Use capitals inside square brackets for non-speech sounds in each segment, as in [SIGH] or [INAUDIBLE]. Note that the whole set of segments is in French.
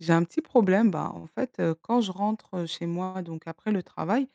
J'ai un petit problème, bah, en fait, quand je rentre chez moi, donc après le travail.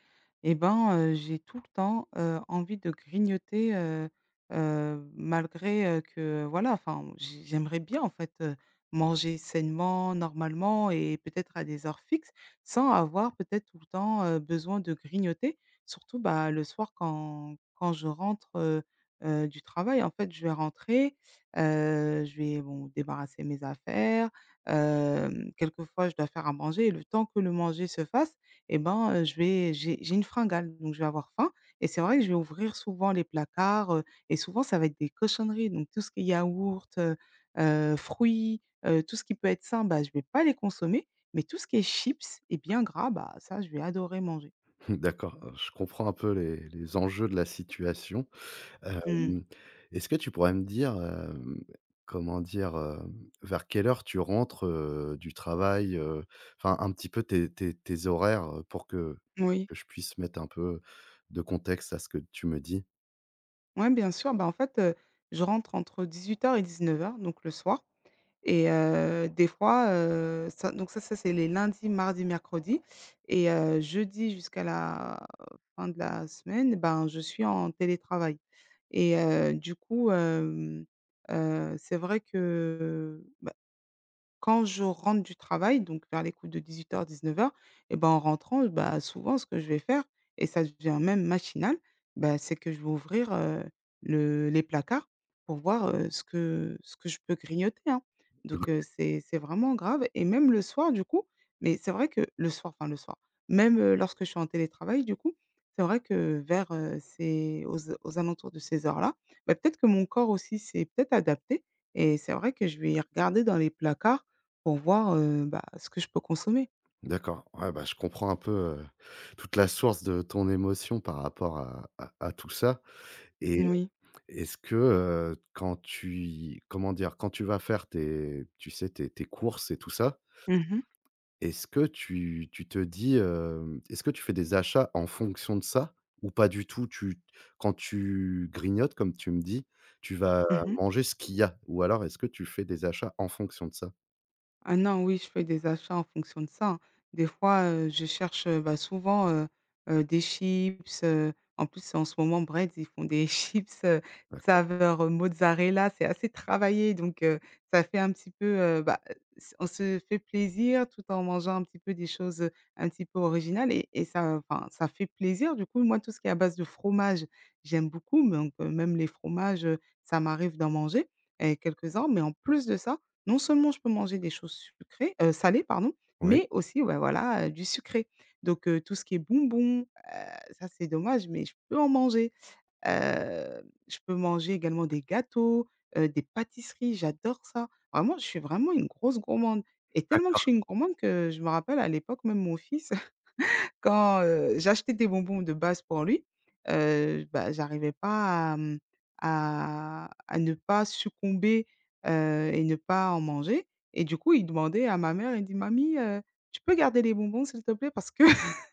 Et ben, j'ai tout le temps envie de grignoter, malgré que, voilà, enfin, j'aimerais bien, en fait, manger sainement, normalement et peut-être à des heures fixes, sans avoir peut-être tout le temps besoin de grignoter. Surtout, bah, le soir, quand je rentre, du travail. En fait, je vais rentrer, je vais, bon, débarrasser mes affaires. Quelquefois, je dois faire à manger, et le temps que le manger se fasse, et ben, je vais, j'ai une fringale, donc je vais avoir faim. Et c'est vrai que je vais ouvrir souvent les placards, et souvent ça va être des cochonneries, donc tout ce qui est yaourt, fruits, tout ce qui peut être sain, bah, je vais pas les consommer, mais tout ce qui est chips et bien gras, bah, ça, je vais adorer manger. D'accord, je comprends un peu les enjeux de la situation. Mmh. Mmh. Est-ce que tu pourrais me dire, comment dire, vers quelle heure tu rentres, du travail, enfin un petit peu tes horaires, pour que Moui. que je puisse mettre un peu de contexte à ce que tu me dis? Ouais, bien sûr, bah, en fait, je rentre entre 18h et 19h, donc le soir. Et des fois, ça, donc c'est les lundis, mardis, mercredis et jeudi jusqu'à la fin de la semaine, ben, je suis en télétravail. Et du coup, c'est vrai que quand je rentre du travail, donc vers les coups de 18:00-19:00. Et ben, en rentrant, bah, souvent ce que je vais faire, et ça devient même machinal, bah, c'est que je vais ouvrir, le les placards pour voir, ce que je peux grignoter, hein. Donc Ok. C'est vraiment grave, et même le soir, du coup, mais c'est vrai que le soir, enfin le soir, même, lorsque je suis en télétravail, du coup, c'est vrai que vers, ces, aux alentours de ces heures-là, bah, peut-être que mon corps aussi s'est peut-être adapté, et c'est vrai que je vais regarder dans les placards pour voir, bah, ce que je peux consommer. D'accord, ouais, bah, je comprends un peu, toute la source de ton émotion par rapport à tout ça, et Moui. est-ce que, quand tu y comment dire? Quand tu vas faire tes tu sais, tes courses et tout ça, Mmh mh. est-ce que tu te dis, hem est-ce que tu fais des achats en fonction de ça? Ou pas du tout? Tu Quand tu grignotes, comme tu me dis, tu vas Mmh mh. manger ce qu'il y a? Ou alors est-ce que tu fais des achats en fonction de ça? Ah non, oui, je fais des achats en fonction de ça, hein. Des fois, je cherche, bah, souvent, des chips. En plus, en ce moment, Bread, ils font des [LAUGHS] chips, D'accord. saveur, mozzarella. C'est assez travaillé, donc ça fait un petit peu, bah, s on se fait plaisir tout en mangeant un petit peu des choses, un petit peu originales, et ça, enfin, ça fait plaisir. Du coup, moi, tout ce qui est à base de fromage, j'aime beaucoup. Donc même les fromages, ça m'arrive d'en manger et quelques-uns, mais en plus de ça, non seulement je peux manger des choses sucrées, salées, pardon, Oui. mais aussi, ouais, voilà, du sucré. Donc tout ce qui est bonbons, ça, c'est dommage, mais je peux en manger. Heu, je peux manger également des gâteaux, des pâtisseries, j'adore ça. Vraiment, je suis vraiment une grosse gourmande, et tellement que je D'accord. suis une gourmande que je me rappelle à l'époque, même mon fils, quand, j'achetais des bonbons de base pour lui, bah, j'arrivais pas à, à ne pas succomber, et ne pas en manger. Et du coup, il demandait à ma mère, il dit: «Mamie, tu peux garder les bonbons, s'il te plaît? Parce que [LAUGHS]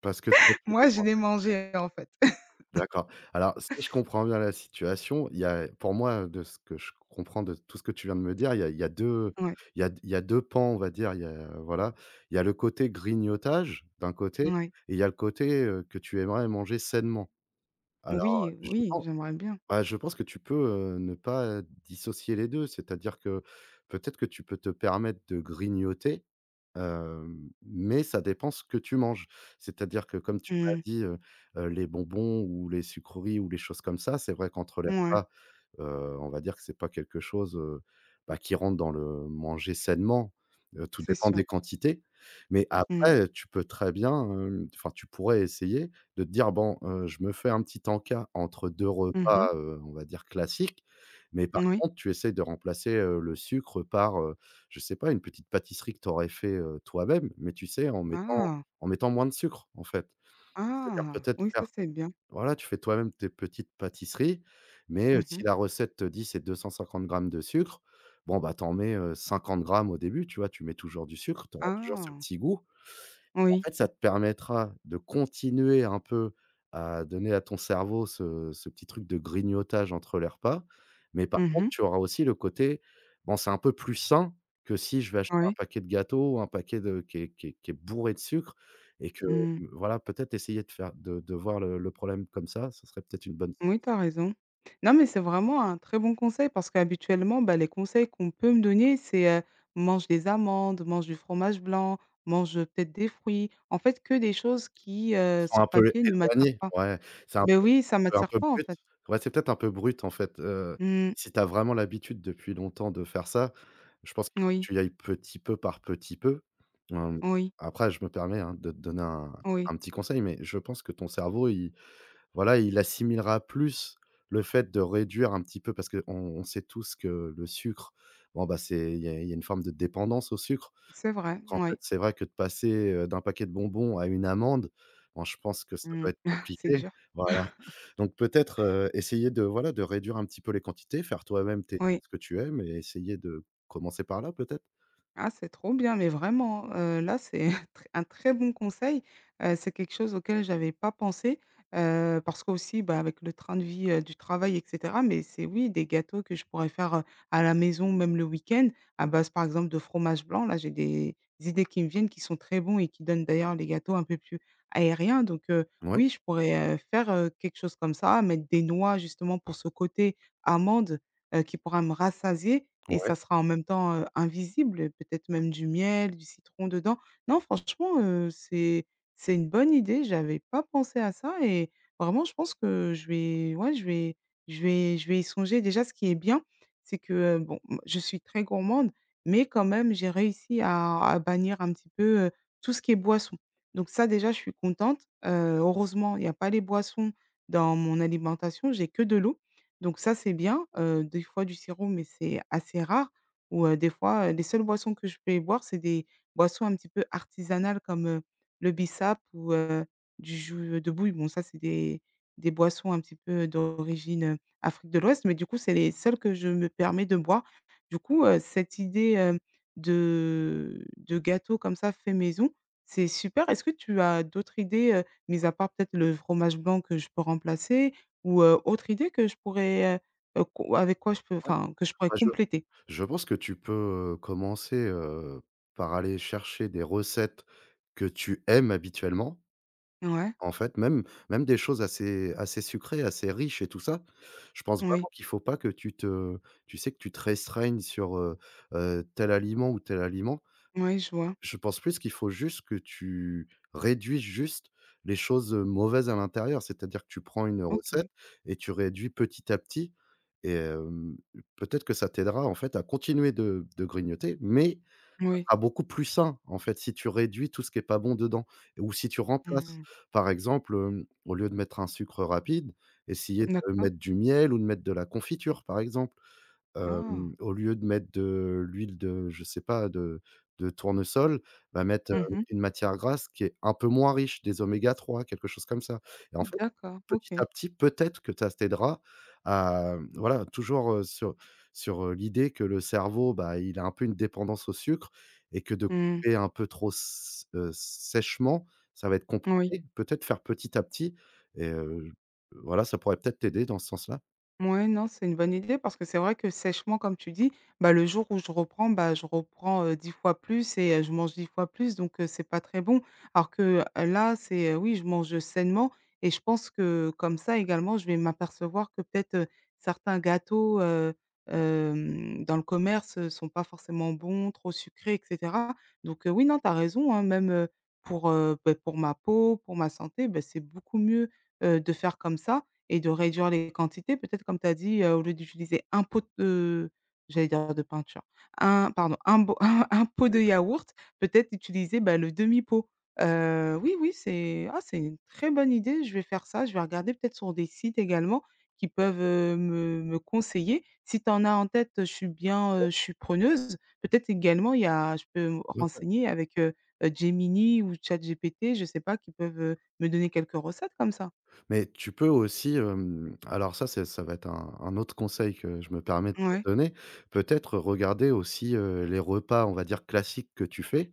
Parce que toi, tu. moi, je les mangeais, en fait». [LAUGHS] D'accord. Alors, si je comprends bien la situation, il y a pour moi, de ce que je comprends de tout ce que tu viens de me dire, Ouais, il y a 2 pans, on va dire. Il y a, voilà, il y a le côté grignotage, d'un côté, et ouais. il y a le côté, que tu aimerais manger sainement. Alors, Oui, je oui, pense j'aimerais bien. bah, je pense que tu peux, ne pas dissocier les deux. C'est-à-dire que peut-être que tu peux te permettre de grignoter, mais ça dépend ce que tu manges. C'est-à-dire que comme tu m'as Mmh. dit, les bonbons ou les sucreries ou les choses comme ça, c'est vrai qu'entre les Mouais, repas. On va dire que c'est pas quelque chose, bah, qui rentre dans le manger sainement, tout c'est dépend sûr. des quantités. Mais Mmh. après, tu peux très bien, enfin, tu pourrais essayer de te dire: «Bon, je me fais un petit encas entre 2 Mmh. repas, on va dire classiques». Mais par Oui. contre, tu essaies de remplacer, le sucre par, je sais pas, une petite pâtisserie que tu aurais fait, toi-même, mais tu sais, en mettant Ah! en mettant moins de sucre, en fait. C'est-à-dire Ah! peut-être Oui, faire ça, c'est bien. voilà, tu fais toi-même tes petites pâtisseries, mais Mmh. si la recette te dit: «C'est 250 grammes de sucre», bon, bah, tu en mets, 50 grammes au début, tu vois? Tu mets toujours du sucre, tu auras toujours ce Ah! petit goût Oui. fait, ça te permettra de continuer un peu à donner à ton cerveau ce petit truc de grignotage entre les repas, mais par contre, Mmh. tu auras aussi le côté, bon, c'est un peu plus sain que si je vais acheter Oui. un paquet de gâteaux ou un paquet de qui est bourré de sucre et que, Mmh. voilà, peut-être essayer de faire de voir le problème comme ça, ce serait peut-être une bonne. Oui, tu as raison. Non, mais c'est vraiment un très bon conseil, parce qu'habituellement, bah, les conseils qu'on peut me donner, c'est mange des amandes, mange du fromage blanc, mange peut-être des fruits. En fait, que des choses qui, Sont sur un peu papier, ne m'attirent éloignés, pas. ouais, c'est un Mais peu oui, c'est ça un m'attire peu pas, en brut. fait. Ouais, c'est peut-être un peu brut, en fait, Mm, si tu as vraiment l'habitude depuis longtemps de faire ça, je pense qu'il faut que oui, tu y ailles petit peu par petit peu. Hem, oui, Après je me permets, hein, de te donner un oui. un petit conseil, mais je pense que ton cerveau, il voilà, il assimilera plus le fait de réduire un petit peu parce qu'on sait tous que le sucre, bon, bah, c'est il y a une forme de dépendance au sucre. C'est vrai, En fait, oui. c'est vrai que de passer, d'un paquet de bonbons à une amende, bon, je pense que ça Mm. doit être [LAUGHS] C'est compliqué. dur. Voilà. Donc peut-être, essayer de, voilà, de réduire un petit peu les quantités, faire toi-même tes Oui. ce que tu aimes et essayer de commencer par là, peut-être? Ah, c'est trop bien, mais vraiment, là, c'est [LAUGHS] tr un très bon conseil. C'est quelque chose auquel j'avais pas pensé, parce qu'aussi, bah, avec le train de vie, du travail, et cetera, mais c'est, oui, des gâteaux que je pourrais faire, à la maison, même le week-end, à base, par exemple, de fromage blanc. Là, j'ai des idées qui me viennent, qui sont très bons et qui donnent d'ailleurs les gâteaux un peu plus aériens. Donc Ouais, oui, je pourrais, faire, quelque chose comme ça, mettre des noix justement pour ce côté amande, qui pourra me rassasier, et ça ouais, sera en même temps, invisible, peut-être même du miel, du citron dedans. Non, franchement, c'est une bonne idée, j'avais pas pensé à ça, et vraiment je pense que je vais, ouais, je vais y songer. Déjà, ce qui est bien, c'est que, bon, m je suis très gourmande, mais quand même j'ai réussi à bannir un petit peu, tout ce qui est boisson. Donc ça, déjà, je suis contente, heureusement il y a pas les boissons dans mon alimentation, j'ai que de l'eau. Donc ça, c'est bien, des fois du sirop, mais c'est assez rare, ou des fois, les seules boissons que je peux boire, c'est des boissons un petit peu artisanales, comme, le bissap, ou du jus de bouille. Bon, ça, c'est des boissons un petit peu d'origine, Afrique de l'Ouest, mais du coup, c'est les seules que je me permets de boire. Du coup, cette idée, de gâteau comme ça, fait maison, c'est super. Est-ce que tu as d'autres idées, mis à part peut-être le fromage blanc, que je peux remplacer? Ou, autre idée que je pourrais, co avec quoi je peux, ouais. enfin, que je pourrais Bah, compléter. je pense que tu peux, commencer, par aller chercher des recettes que tu aimes habituellement. Ouais, En fait, même des choses assez sucrées, assez riches et tout ça, je pense oui, vraiment qu'il faut pas que tu sais, que tu te restreignes sur, tel aliment ou tel aliment. oui, je vois. Je pense plus qu'il faut juste que tu réduises juste les choses, mauvaises à l'intérieur. C'est-à-dire que tu prends une recette OK, et tu réduis petit à petit et peut-être que ça t'aidera en fait à continuer de grignoter, mais ça oui. sera beaucoup plus sain, en fait, si tu réduis tout ce qui est pas bon dedans ou si tu remplaces. Mmh. Par exemple, au lieu de mettre un sucre rapide, essayer de D'accord. mettre du miel ou de mettre de la confiture, par exemple. Ah! Au lieu de mettre de l'huile de je sais pas, de tournesol, va mettre, Mmh. une matière grasse qui est un peu moins riche, des oméga 3, quelque chose comme ça et en fait, D'accord, petit OK. à petit, peut-être que ça t'aidera à, mmh, voilà, toujours, sur, l'idée que le cerveau, bah, il a un peu une dépendance au sucre et que de Mmh, couper un peu trop s sèchement, ça va être oui. compliqué. Peut-être faire petit à petit et voilà, ça pourrait peut-être t'aider dans ce sens-là. Ouais, non, c'est une bonne idée, parce que c'est vrai que sèchement, comme tu dis, bah, le jour où je reprends, bah, je reprends, 10 fois plus, et je mange 10 fois plus, donc c'est pas très bon. Alors que, là, c'est, oui, je mange sainement, et je pense que comme ça, également, je vais m'apercevoir que peut-être, certains gâteaux, dans le commerce, sont pas forcément bons, trop sucrés, et cetera. Donc oui, non, tu as raison, hein, même, pour, beh, pour ma peau, pour ma santé, beh, c'est beaucoup mieux, de faire comme ça et de réduire les quantités, peut-être comme tu as dit, au lieu d'utiliser un pot de, j'allais dire, de peinture, un, pardon, un bo [LAUGHS] un pot de yaourt, peut-être utiliser, bah, le demi pot. Oui, oui, c'est, ah, c'est une très bonne idée, je vais faire ça, je vais regarder peut-être sur des sites également qui peuvent, me conseiller. Si tu en as en tête, je suis bien, je suis preneuse. Peut-être également il y a, je peux me renseigner avec, Gemini ou ChatGPT, je sais pas, qui peuvent, me donner quelques recettes comme ça. Mais tu peux aussi, alors ça, c'est ça va être un autre conseil que je me permets de Ouais, te donner. Peut-être regarder aussi, les repas, on va dire classiques que tu fais.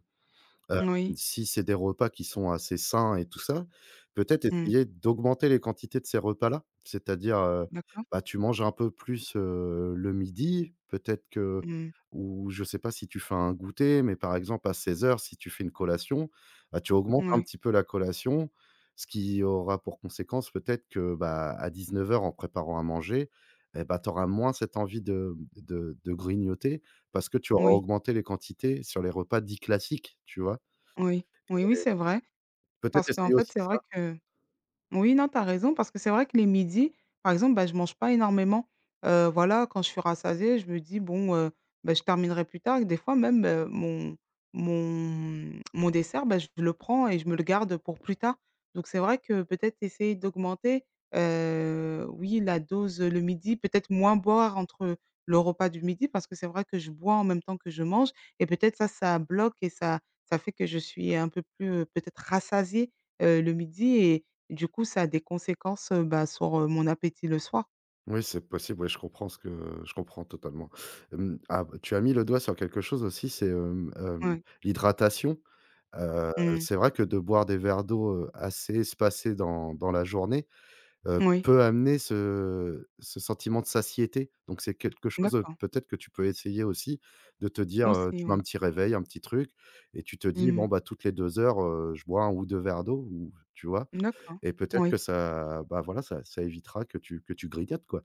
Heu, oui. Si c'est des repas qui sont assez sains et tout ça, peut-être Mmh. essayer d'augmenter les quantités de ces repas-là. C'est-à-dire, D'accord. bah, tu manges un peu plus, le midi, peut-être que Mmh. ou je sais pas si tu fais un goûter, mais par exemple à 16 heures si tu fais une collation, bah, tu augmentes un Ouais. petit peu la collation, ce qui aura pour conséquence peut-être que, bah, à 19 heures en préparant à manger et bah, tu auras moins cette envie de grignoter parce que tu Oui. auras Oui. augmenté les quantités sur les repas dits classiques, tu vois? Oui. Oui, oui, c'est vrai. Peut-être Parce qu'en essayer fait, aussi c'est ça. vrai que… Oui, non, tu as raison, parce que c'est vrai que les midis, par exemple, bah, je mange pas énormément. Voilà, quand je suis rassasiée, je me dis: «Bon, bah, je terminerai plus tard», et des fois même, mon dessert, bah, je le prends et je me le garde pour plus tard. Donc c'est vrai que peut-être essayer d'augmenter, oui, la dose, le midi, peut-être moins boire entre le repas du midi, parce que c'est vrai que je bois en même temps que je mange, et peut-être ça, ça bloque, et ça fait que je suis un peu plus, peut-être rassasiée, le midi, et du coup, ça a des conséquences, bah, sur, mon appétit le soir. Oui, c'est possible, oui, je comprends ce que je comprends totalement. Ah, tu as mis le doigt sur quelque chose aussi, c'est, Ouais. l'hydratation. Mmh. C'est vrai que de boire des verres d'eau, assez espacés dans la journée, Moui. peut amener ce sentiment de satiété. Donc c'est quelque chose, D'accord. peut-être que tu peux essayer aussi de te dire, Aussi, tu mets un oui. petit réveil, un petit truc et tu te dis: Mmh mh. «Bon, bah, toutes les 2 heures, je bois un ou 2 verres d'eau» ou tu vois? D'accord. Et peut-être Oui. que ça, bah, voilà, ça évitera que tu grignotes, quoi.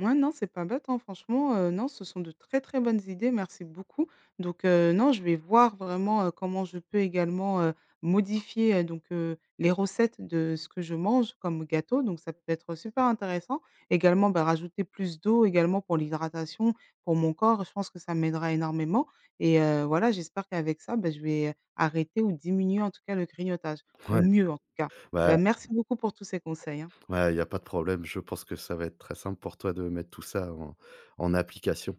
Ouais, non, c'est pas bête, hein, franchement, non, ce sont de très, très bonnes idées, merci beaucoup. Donc non, je vais voir vraiment, comment je peux également, modifier, donc, les recettes de ce que je mange comme gâteau, donc ça peut être super intéressant. Également, bah, rajouter plus d'eau également pour l'hydratation, pour mon corps, je pense que ça m'aidera énormément, et voilà, j'espère qu'avec ça, bah, je vais arrêter ou diminuer en tout cas le grignotage, ou Ouais, mieux en tout cas. bah, Bah, merci beaucoup pour tous ces conseils, hein. ouais, il y a pas de problème. Je pense que ça va être très simple pour toi de mettre tout ça en application.